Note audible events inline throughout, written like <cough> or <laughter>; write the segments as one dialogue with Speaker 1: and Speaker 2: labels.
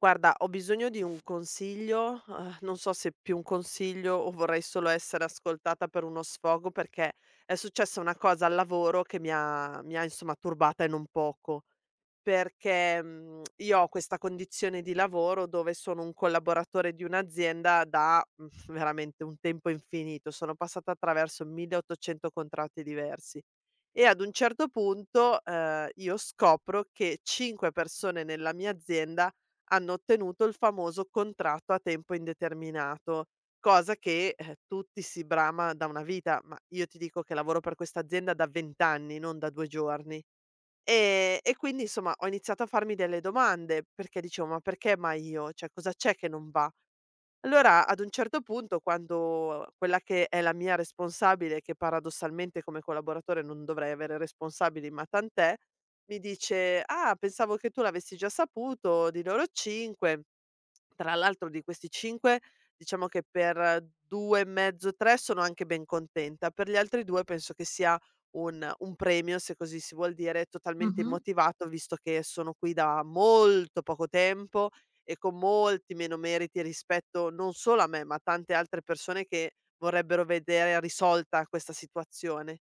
Speaker 1: Guarda, ho bisogno di un consiglio, non so se più un consiglio o vorrei solo essere ascoltata per uno sfogo, perché è successa una cosa al lavoro che mi ha insomma turbata e non poco. Perché, io ho questa condizione di lavoro dove sono un collaboratore di un'azienda da, veramente un tempo infinito. Sono passata attraverso 1800 contratti diversi e ad un certo punto, io scopro che 5 persone nella mia azienda hanno ottenuto il famoso contratto a tempo indeterminato, cosa che, tutti si brama da una vita, ma io ti dico che lavoro per questa azienda da 20 anni, non da 2 giorni. E quindi insomma ho iniziato a farmi delle domande, perché dicevo: "Ma perché mai io? Cioè cosa c'è che non va?" Allora, ad un certo punto, quando quella che è la mia responsabile, che paradossalmente come collaboratore non dovrei avere responsabili, ma tant'è, mi dice: "Ah, pensavo che tu l'avessi già saputo, di loro 5". Tra l'altro di questi 5, diciamo che per 2 e mezzo, 3 sono anche ben contenta, per gli altri 2 penso che sia un premio, se così si vuol dire, totalmente
Speaker 2: Mh-mh,
Speaker 1: immotivato, visto che sono qui da molto poco tempo e con molti meno meriti rispetto non solo a me, ma a tante altre persone che vorrebbero vedere risolta questa situazione.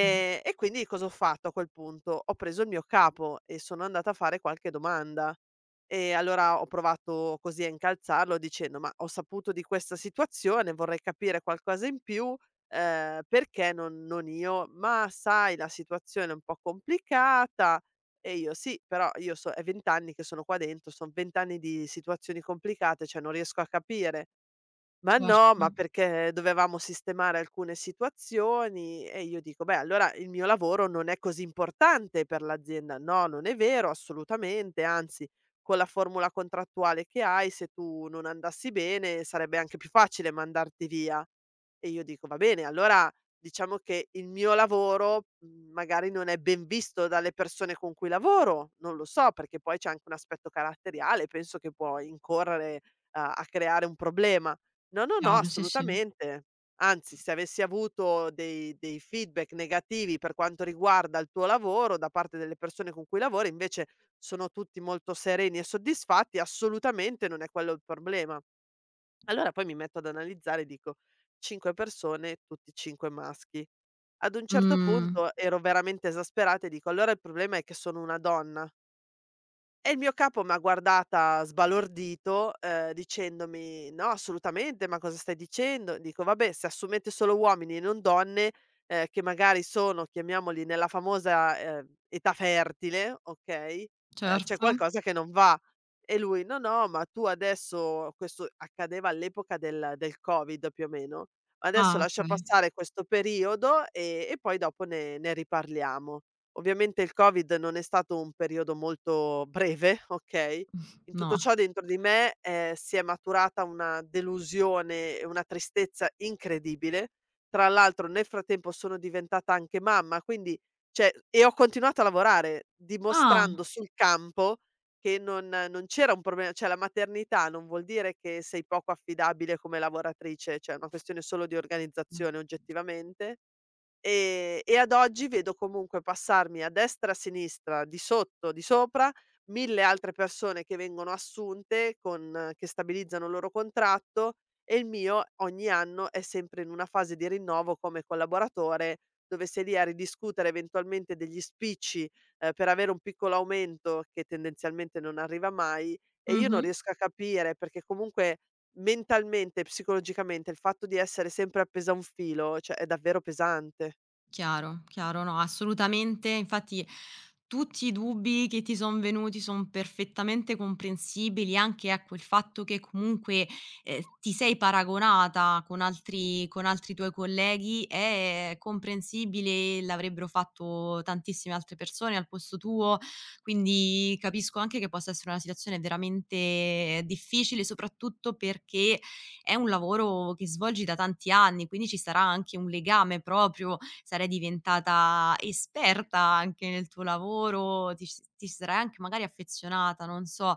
Speaker 2: mh,
Speaker 1: e quindi cosa ho fatto a quel punto? Ho preso il mio capo e sono andata a fare qualche domanda. E allora ho provato così a incalzarlo dicendo: "Ma ho saputo di questa situazione, vorrei capire qualcosa in più, perché non io?" "Ma sai la situazione è un po' complicata." E io: "Sì, però io so è 20 anni che sono qua dentro, son 20 anni di situazioni complicate, cioè non riesco a capire." Ma no, ma
Speaker 2: certo,
Speaker 1: perché dovevamo sistemare alcune situazioni e io dico: "Beh, allora il mio lavoro non è così importante per l'azienda". "No, non è vero assolutamente, anzi con la formula contrattuale che hai, se tu non andassi bene sarebbe anche più facile mandarti via". E io dico: "Va bene, allora diciamo che il mio lavoro, magari non è ben visto dalle persone con cui lavoro, non lo so, perché poi c'è anche un aspetto caratteriale, penso che può incorrere a creare un problema". No, no, no,
Speaker 2: chiaro, sì, sì.
Speaker 1: assolutamente. Anzi, se avessi avuto dei feedback negativi per quanto riguarda il tuo lavoro da parte delle persone con cui lavori, invece sono tutti molto sereni e soddisfatti, assolutamente non è quello il problema. Allora poi mi metto ad analizzare e dico: 5 persone, tutti 5 maschi. Ad un certo
Speaker 2: Mh,
Speaker 1: punto ero veramente esasperata e dico: "Allora il problema è che sono una donna". E il mio capo m'ha guardata sbalordito, dicendomi: "No, assolutamente, ma cosa stai dicendo?" Dico: "Vabbè, se assumete solo uomini e non donne, che magari sono, chiamiamoli, nella famosa, età fertile, okay, c'è
Speaker 2: certo.
Speaker 1: qualcosa che non va." E lui: "No, no, ma tu adesso" questo accadeva all'epoca del Covid più o meno. "Adesso
Speaker 2: Ah,
Speaker 1: lascia
Speaker 2: okay.
Speaker 1: passare questo periodo e poi dopo ne riparliamo." Ovviamente il Covid non è stato un periodo molto breve, <laughs> okay, in tutto
Speaker 2: No.
Speaker 1: ciò dentro di me, si è maturata una delusione e una tristezza incredibile. Tra l'altro nel frattempo sono diventata anche mamma, quindi cioè e ho continuato a lavorare,
Speaker 2: Ah,
Speaker 1: dimostrando sul campo che non c'era un problema, cioè la maternità non vuol dire che sei poco affidabile come lavoratrice, cioè è una questione solo di
Speaker 2: mh.
Speaker 1: organizzazione oggettivamente. E ad oggi vedo comunque passarmi a destra, a sinistra, di sotto, di sopra, 1000 altre persone che vengono assunte con che stabilizzano il loro contratto e il mio ogni anno è sempre in una fase di rinnovo come collaboratore, dove sei lì a ridiscutere eventualmente degli spicci, per avere un piccolo aumento che tendenzialmente non arriva mai e io non
Speaker 2: Mh-mh.
Speaker 1: riesco a capire perché comunque mentalmente e psicologicamente il fatto di essere sempre appesa a un filo, cioè è davvero pesante.
Speaker 2: Chiaro, chiaro, no, assolutamente. Infatti tutti i dubbi che ti son venuti son perfettamente comprensibili, anche ecco il fatto che comunque, ti sei paragonata con altri tuoi colleghi è comprensibile, l'avrebbero fatto tantissime altre persone al posto tuo, quindi capisco anche che possa essere una situazione veramente difficile, soprattutto perché è un lavoro che svolgi da tanti anni, quindi ci sarà anche un legame proprio sarai diventata esperta anche nel tuo lavoro, ti ci sarai anche magari affezionata, non so.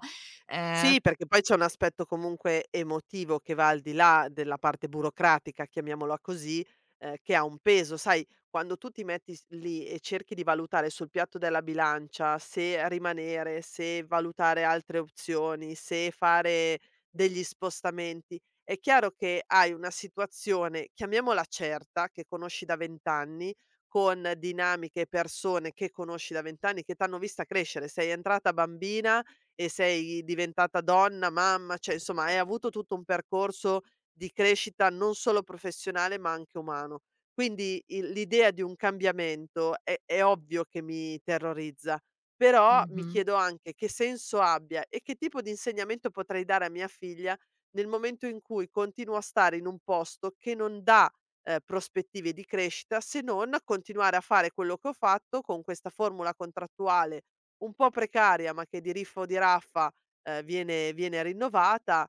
Speaker 2: Ehm
Speaker 1: Sì, perché poi c'è un aspetto comunque emotivo che va al di là della parte burocratica, chiamiamola così, che ha un peso. Sai, quando tu ti metti s lì e cerchi di valutare sul piatto della bilancia se rimanere, se valutare altre opzioni, se fare degli spostamenti, è chiaro che hai una situazione, chiamiamola certa, che conosci da 20 anni, con dinamiche e persone che conosci da 20 anni, che t'hanno vista crescere. Sei entrata bambina e sei diventata donna, mamma, cioè insomma hai avuto tutto un percorso di crescita non solo professionale ma anche umano. Quindi il l'idea di un cambiamento è ovvio che mi terrorizza, però mi
Speaker 2: mh-mh,
Speaker 1: chiedo anche che senso abbia e che tipo di insegnamento potrei dare a mia figlia nel momento in cui continuo a stare in un posto che non dà, prospettive di crescita se non continuare a fare quello che ho fatto con questa formula contrattuale un po' precaria, ma che di riffo di raffa, viene rinnovata.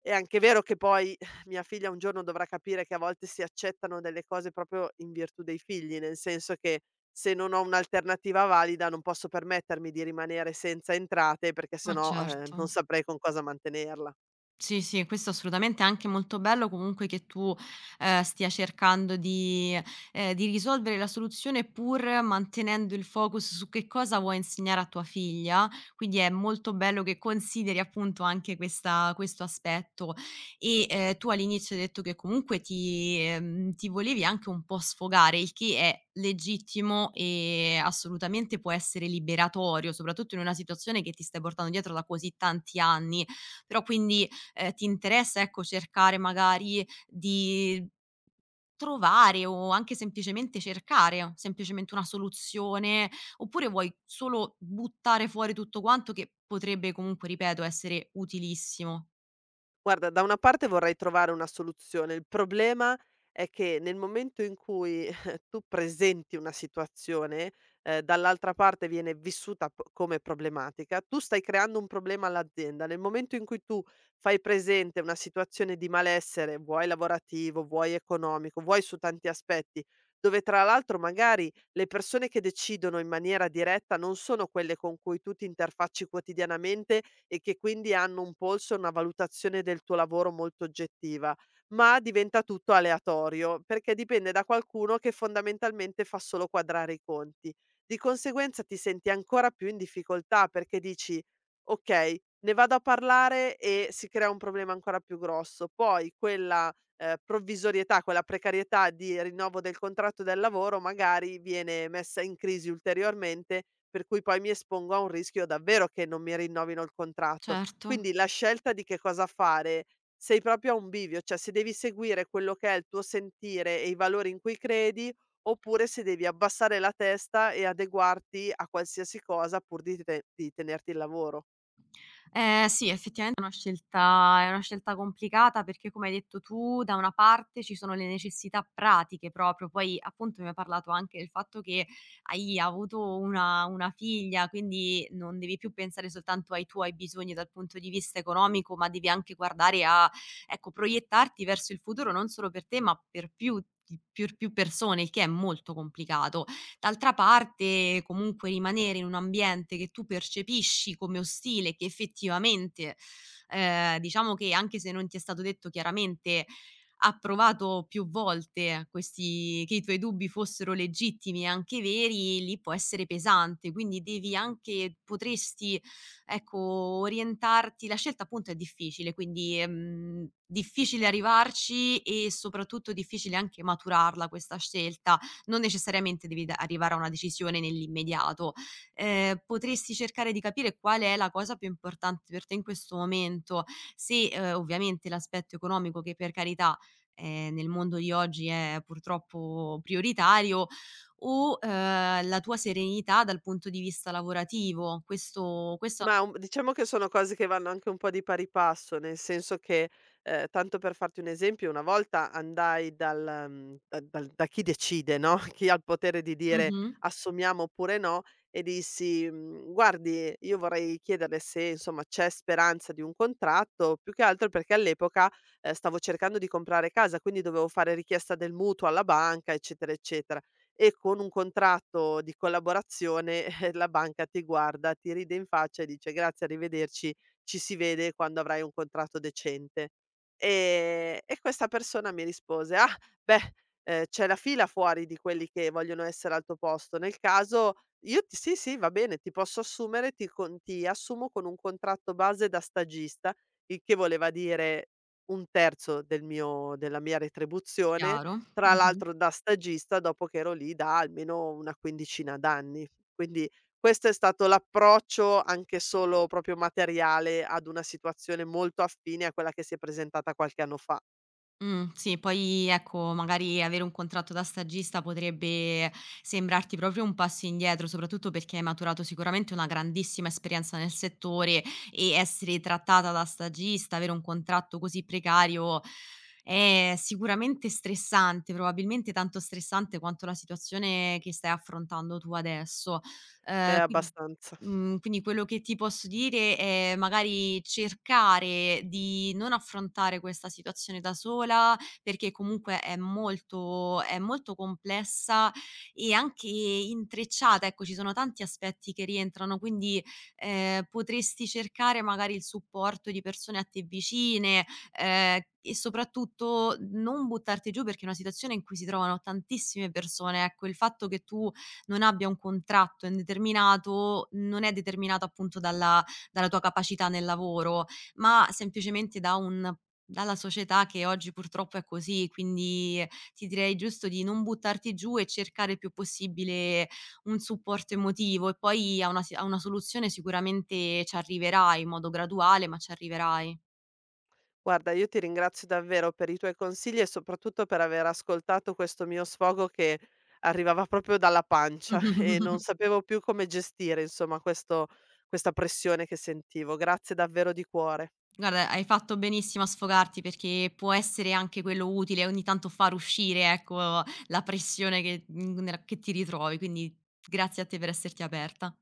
Speaker 1: È anche vero che poi <laughs> <sighs> mia figlia un giorno dovrà capire che a volte si accettano delle cose proprio in virtù dei figli, nel senso che se non ho un'alternativa valida non posso permettermi di rimanere senza entrate perché se
Speaker 2: ma
Speaker 1: no,
Speaker 2: certo.
Speaker 1: non saprei con cosa mantenerla.
Speaker 2: Sì, sì, questo assolutamente è anche molto bello comunque che tu, stia cercando di risolvere la soluzione pur mantenendo il focus su che cosa vuoi insegnare a tua figlia, quindi è molto bello che consideri appunto anche questa questo aspetto. E, tu all'inizio hai detto che comunque ti volevi anche un po' sfogare, il che è legittimo e assolutamente può essere liberatorio, soprattutto in una situazione che ti stai portando dietro da così tanti anni. Però quindi ti interessa, ecco, cercare magari di trovare o anche semplicemente cercare semplicemente una soluzione, oppure vuoi solo buttare fuori tutto quanto che potrebbe comunque, ripeto, essere utilissimo.
Speaker 1: Guarda, da una parte vorrei trovare una soluzione. Il problema è che nel momento in cui <laughs> tu presenti una situazione, dall'altra parte viene vissuta come problematica, tu stai creando un problema all'azienda. Nel momento in cui tu fai presente una situazione di malessere, vuoi lavorativo, vuoi economico, vuoi su tanti aspetti, dove tra l'altro magari le persone che decidono in maniera diretta non sono quelle con cui tu ti interfacci quotidianamente e che quindi hanno un polso e una valutazione del tuo lavoro molto oggettiva, ma diventa tutto aleatorio, perché dipende da qualcuno che fondamentalmente fa solo quadrare i conti. Di conseguenza ti senti ancora più in difficoltà perché dici: "Okay, ne vado a parlare e si crea un problema ancora più grosso". Poi quella, provvisorietà, quella precarietà di rinnovo del contratto del lavoro magari viene messa in crisi ulteriormente per cui poi mi espongo a un rischio davvero che non mi rinnovino il contratto.
Speaker 2: Certo.
Speaker 1: Quindi la scelta di che cosa fare, sei proprio a un bivio, cioè se devi seguire quello che è il tuo sentire e i valori in cui credi, oppure se devi abbassare la testa e adeguarti a qualsiasi cosa pur di di tenerti il lavoro.
Speaker 2: Sì, effettivamente è una scelta complicata perché, come hai detto tu, da una parte ci sono le necessità pratiche proprio, poi appunto mi hai parlato anche del fatto che hai avuto una figlia, quindi non devi più pensare soltanto ai tuoi bisogni dal punto di vista economico, ma devi anche guardare a ecco, proiettarti verso il futuro non solo per te, ma per più persone, il che è molto complicato. D'altra parte comunque rimanere in un ambiente che tu percepisci come ostile, che effettivamente, diciamo che anche se non ti è stato detto chiaramente, ha provato più volte questi che i tuoi dubbi fossero legittimi e anche veri, lì può essere pesante. Quindi devi anche potresti, ecco, orientarti la scelta appunto è difficile, quindi, difficile arrivarci e soprattutto difficile anche maturarla questa scelta. Non necessariamente devi da arrivare a una decisione nell'immediato. Potresti cercare di capire qual è la cosa più importante per te in questo momento, se, ovviamente l'aspetto economico che per carità, nel mondo di oggi è purtroppo prioritario, o, la tua serenità dal punto di vista lavorativo. Questo
Speaker 1: Ma un Diciamo che sono cose che vanno anche un po' di pari passo, nel senso che, tanto per farti un esempio, una volta andai dal mhmm, da dal da chi decide, no, <laughs> chi ha il potere di dire
Speaker 2: mh-mh,
Speaker 1: assumiamo oppure no, e dissi: Guardi, io vorrei chiederle se, insomma, c'è speranza di un contratto." Più che altro perché all'epoca, stavo cercando di comprare casa, quindi dovevo fare richiesta del mutuo alla banca, eccetera, eccetera e con un contratto di collaborazione, <laughs> la banca ti guarda, ti ride in faccia e dice: "Grazie, arrivederci, ci si vede quando avrai un contratto decente". E questa persona mi rispose: "Ah, beh, c'è la fila fuori di quelli che vogliono essere al tuo posto. Nel caso io ti sì, sì, va bene, ti posso assumere, ti assumo con un contratto base da stagista", il che voleva dire 1/3 del mio della mia retribuzione,
Speaker 2: chiaro,
Speaker 1: tra
Speaker 2: mh-mh.
Speaker 1: l'altro da stagista dopo che ero lì da almeno una quindicina d'anni. Quindi questo è stato l'approccio, anche solo proprio materiale, ad una situazione molto affine a quella che si è presentata qualche anno fa.
Speaker 2: Sì, poi ecco, magari avere un contratto da stagista potrebbe sembrarti proprio un passo indietro, soprattutto perché hai maturato sicuramente una grandissima esperienza nel settore e essere trattata da stagista, avere un contratto così precario è sicuramente stressante, probabilmente tanto stressante quanto la situazione che stai affrontando tu adesso. Quin
Speaker 1: Abbastanza.
Speaker 2: Quindi quello che ti posso dire è magari cercare di non affrontare questa situazione da sola, perché comunque è molto complessa e anche intrecciata, ecco, ci sono tanti aspetti che rientrano, quindi, potresti cercare magari il supporto di persone a te vicine, e soprattutto non buttarti giù perché è una situazione in cui si trovano tantissime persone, ecco, il fatto che tu non abbia un contratto indeterminato, non è determinato appunto dalla tua capacità nel lavoro, ma semplicemente da un dalla società che oggi purtroppo è così. Quindi ti direi giusto di non buttarti giù e cercare il più possibile un supporto emotivo e poi a una soluzione sicuramente ci arriverai in modo graduale, ma ci arriverai.
Speaker 1: Guarda, io ti ringrazio davvero per i tuoi consigli e soprattutto per aver ascoltato questo mio sfogo che arrivava proprio dalla pancia <laughs> e non
Speaker 2: <laughs>
Speaker 1: sapevo più come gestire, insomma, questo questa pressione che sentivo. Grazie davvero di cuore.
Speaker 2: Guarda, hai fatto benissimo a sfogarti perché può essere anche quello utile, ogni tanto far uscire, ecco, la pressione che mhmm, nella che ti ritrovi, quindi grazie a te per esserti aperta.